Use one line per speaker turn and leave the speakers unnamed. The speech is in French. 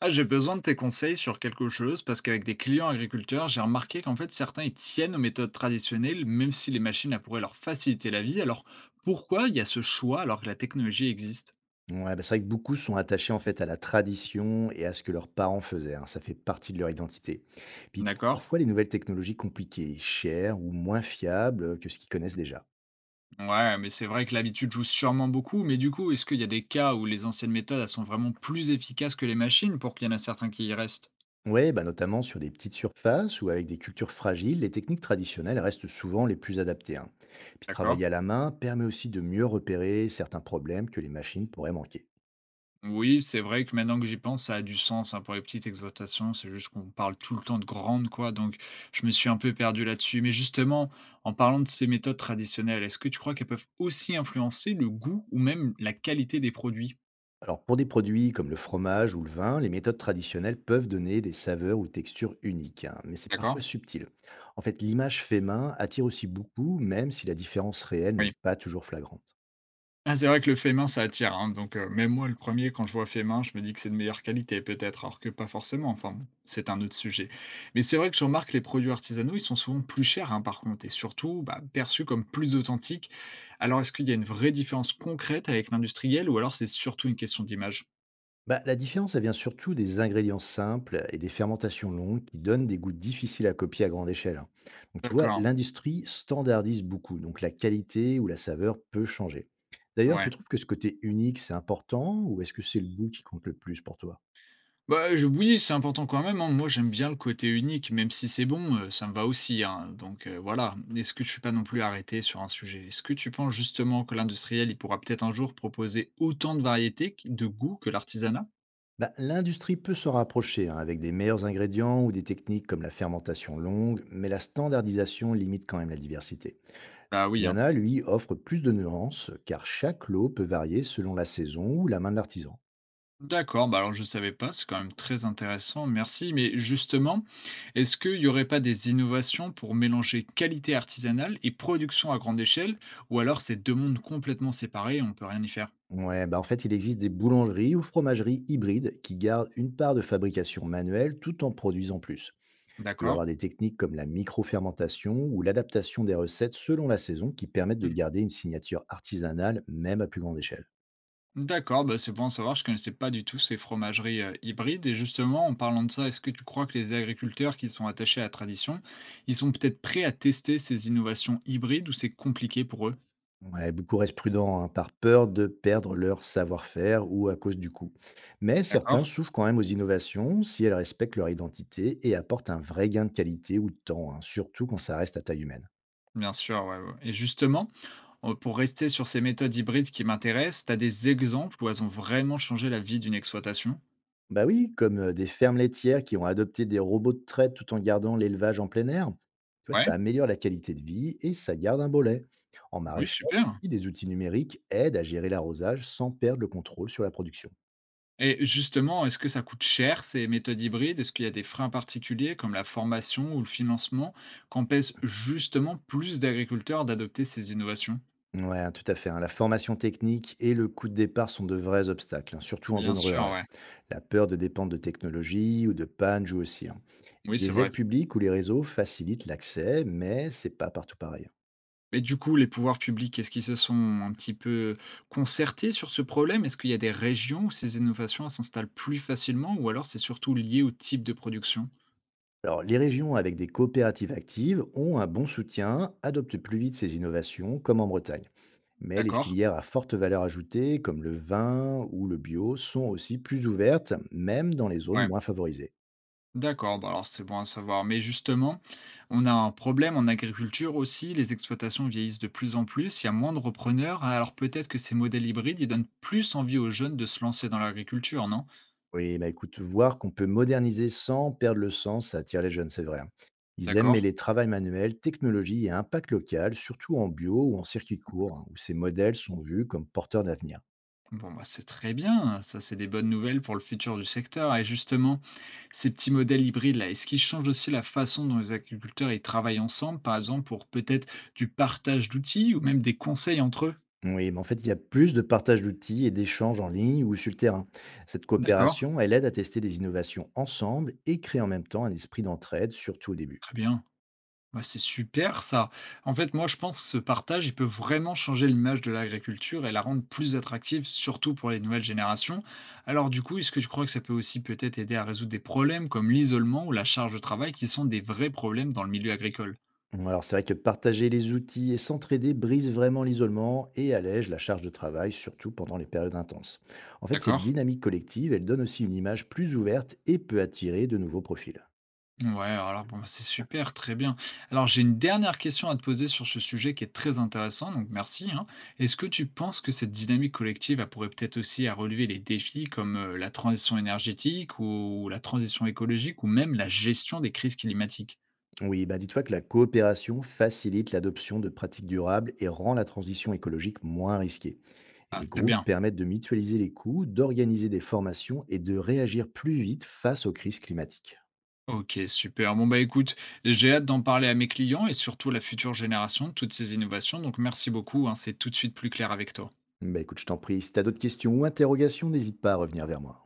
Ah, j'ai besoin de tes conseils sur quelque chose parce qu'avec des clients agriculteurs, j'ai remarqué qu'en fait certains ils tiennent aux méthodes traditionnelles même si les machines elles pourraient leur faciliter la vie. Alors pourquoi il y a ce choix alors que la technologie existe?
Ouais, bah, c'est vrai que beaucoup sont attachés en fait à la tradition et à ce que leurs parents faisaient, hein, ça fait partie de leur identité. Puis ils trouvent
D'accord.
parfois les nouvelles technologies compliquées, chères ou moins fiables que ce qu'ils connaissent déjà.
Ouais, mais c'est vrai que l'habitude joue sûrement beaucoup, mais du coup, est-ce qu'il y a des cas où les anciennes méthodes elles sont vraiment plus efficaces que les machines pour qu'il y en a certains qui y restent?
Ouais, bah notamment sur des petites surfaces ou avec des cultures fragiles, les techniques traditionnelles restent souvent les plus adaptées, hein. Puis
D'accord.
travailler à la main permet aussi de mieux repérer certains problèmes que les machines pourraient manquer.
Oui, c'est vrai que maintenant que j'y pense, ça a du sens, hein, pour les petites exploitations. C'est juste qu'on parle tout le temps de grandes, quoi. Donc, je me suis un peu perdu là-dessus. Mais justement, en parlant de ces méthodes traditionnelles, est-ce que tu crois qu'elles peuvent aussi influencer le goût ou même la qualité des produits?
Alors, pour des produits comme le fromage ou le vin, les méthodes traditionnelles peuvent donner des saveurs ou textures uniques, hein, mais c'est
D'accord.
parfois subtil. L'image fait main attire aussi beaucoup, même si la différence réelle n'est
Oui.
pas toujours flagrante.
Ah, c'est vrai que le fait main, ça attire, hein, donc même moi, le premier quand je vois fait main, je me dis que c'est de meilleure qualité peut-être, alors que pas forcément, enfin bon, c'est un autre sujet. Mais c'est vrai que je remarque que les produits artisanaux, ils sont souvent plus chers, hein, par contre et surtout, bah, perçus comme plus authentiques. Alors est-ce qu'il y a une vraie différence concrète avec l'industriel ou alors c'est surtout une question d'image?
Bah, la différence, elle vient surtout des ingrédients simples et des fermentations longues qui donnent des goûts difficiles à copier à grande échelle, hein. Donc tu vois,
D'accord,
l'industrie standardise beaucoup, donc la qualité ou la saveur peut changer. D'ailleurs, tu
ouais.
trouves que ce côté unique, c'est important, ou est-ce que c'est le goût qui compte le plus pour toi?
Bah, je oui, c'est important quand même, hein. Moi, j'aime bien le côté unique, même si c'est bon, ça me va aussi, hein, donc voilà. Est-ce que je suis pas non plus arrêté sur un sujet? Est-ce que tu penses justement que l'industriel, il pourra peut-être un jour proposer autant de variétés qui de goûts que l'artisanat?
Bah, l'industrie peut se rapprocher, hein, avec des meilleurs ingrédients ou des techniques comme la fermentation longue, mais la standardisation limite quand même la diversité.
Bah, oui, hein.
L'artisanat, lui, offre plus de nuances car chaque lot peut varier selon la saison ou la main de l'artisan.
D'accord, bah, alors je savais pas, c'est quand même très intéressant, merci, mais justement, est-ce qu'il y aurait pas des innovations pour mélanger qualité artisanale et production à grande échelle? Ou alors c'est 2 mondes complètement séparés et on peut rien y faire?
Ouais, bah en fait, il existe des boulangeries ou fromageries hybrides qui gardent une part de fabrication manuelle tout en produisant plus. Tu vas
D'accord.
avoir des techniques comme la micro-fermentation ou l'adaptation des recettes selon la saison qui permettent de garder une signature artisanale même à plus grande échelle.
D'accord, bah, c'est bon à savoir, je ne connaissais pas du tout ces fromageries hybrides. Et justement, en parlant de ça, est-ce que tu crois que les agriculteurs qui sont attachés à la tradition, ils sont peut-être prêts à tester ces innovations hybrides ou c'est compliqué pour eux?
Ouais, beaucoup restent prudents, hein, par peur de perdre leur savoir-faire ou à cause du coût. Mais certains
D'accord.
s'ouvrent quand même aux innovations si elles respectent leur identité et apportent un vrai gain de qualité ou de temps, hein, surtout quand ça reste à taille humaine.
Bien sûr, ouais, ouais. Et justement, pour rester sur ces méthodes hybrides qui m'intéressent, tu as des exemples où elles ont vraiment changé la vie d'une exploitation?
Bah oui, comme des fermes laitières qui ont adopté des robots de traite tout en gardant l'élevage en plein air. Tu vois,
Ouais,
ça améliore la qualité de vie et ça garde un beau lait. En
oui,
maraîchage,
super.
des outils numériques aident à gérer l'arrosage sans perdre le contrôle sur la production.
Et justement, est-ce que ça coûte cher ces méthodes hybrides? Est-ce qu'il y a des freins particuliers comme la formation ou le financement qu'empêchent justement plus d'agriculteurs d'adopter ces innovations?
Ouais, tout à fait, hein. La formation technique et le coût de départ sont de vrais obstacles, hein, surtout en
Bien
zone
sûr,
rurale.
ouais.
La peur de dépendre de technologies ou de panne joue aussi, hein.
Oui,
Et
c'est
les
vrai.
aides publiques ou les réseaux facilitent l'accès, mais c'est pas partout pareil, hein.
Mais du coup, les pouvoirs publics, est-ce qu'ils se sont un petit peu concertés sur ce problème? Est-ce qu'il y a des régions où ces innovations elles s'installent plus facilement ou alors c'est surtout lié au type de production?
Alors, les régions avec des coopératives actives ont un bon soutien, adoptent plus vite ces innovations, comme en Bretagne. Mais les
D'accord.
filières à forte valeur ajoutée, comme le vin ou le bio, sont aussi plus ouvertes, même dans les zones moins favorisées.
D'accord, bah alors c'est bon à savoir. Mais justement, on a un problème en agriculture aussi. Les exploitations vieillissent de plus en plus, il y a moins de repreneurs. Alors peut-être que ces modèles hybrides, ils donnent plus envie aux jeunes de se lancer dans l'agriculture, non?
Oui, bah, écoute, voir qu'on peut moderniser sans perdre le sens, ça attire les jeunes, c'est vrai, hein. Ils aiment
D'accord.
mêler travail manuel, technologie et impact local, surtout en bio ou en circuit court, hein, où ces modèles sont vus comme porteurs d'avenir.
Bon, bah c'est très bien. Ça, c'est des bonnes nouvelles pour le futur du secteur. Et justement, ces petits modèles hybrides-là, est-ce qu'ils changent aussi la façon dont les agriculteurs ils travaillent ensemble, par exemple pour peut-être du partage d'outils ou même des conseils entre eux?
Oui, mais en fait, il y a plus de partage d'outils et d'échanges en ligne ou sur le terrain. Cette
D'accord.
coopération, elle aide à tester des innovations ensemble et crée en même temps un esprit d'entraide, surtout au début.
Très bien. Bah, c'est super ça. En fait, moi, je pense que ce partage, il peut vraiment changer l'image de l'agriculture et la rendre plus attractive, surtout pour les nouvelles générations. Alors, du coup, est-ce que tu crois que ça peut aussi peut-être aider à résoudre des problèmes comme l'isolement ou la charge de travail qui sont des vrais problèmes dans le milieu agricole?
Mmh, alors c'est vrai que partager les outils et s'entraider brise vraiment l'isolement et allège la charge de travail, surtout pendant les périodes intenses.
D'accord.
Cette dynamique collective, elle donne aussi une image plus ouverte et peut attirer de nouveaux profils.
Ouais, alors bon, c'est super, très bien. Alors j'ai une dernière question à te poser sur ce sujet qui est très intéressant, donc merci, hein. Est-ce que tu penses que cette dynamique collective, elle pourrait peut-être aussi à relever les défis comme la transition énergétique ou la transition écologique ou même la gestion des crises climatiques?
Oui, bah dis-toi que la coopération facilite l'adoption de pratiques durables et rend la transition écologique moins risquée. Et
Ah,
les
très
groupes
bien.
permettent de mutualiser les coûts, d'organiser des formations et de réagir plus vite face aux crises climatiques.
Ok, super. Bon, bah écoute, j'ai hâte d'en parler à mes clients et surtout à la future génération de toutes ces innovations, donc merci beaucoup, hein, c'est tout de suite plus clair avec toi.
Bah écoute, je t'en prie, si t'as d'autres questions ou interrogations, n'hésite pas à revenir vers moi.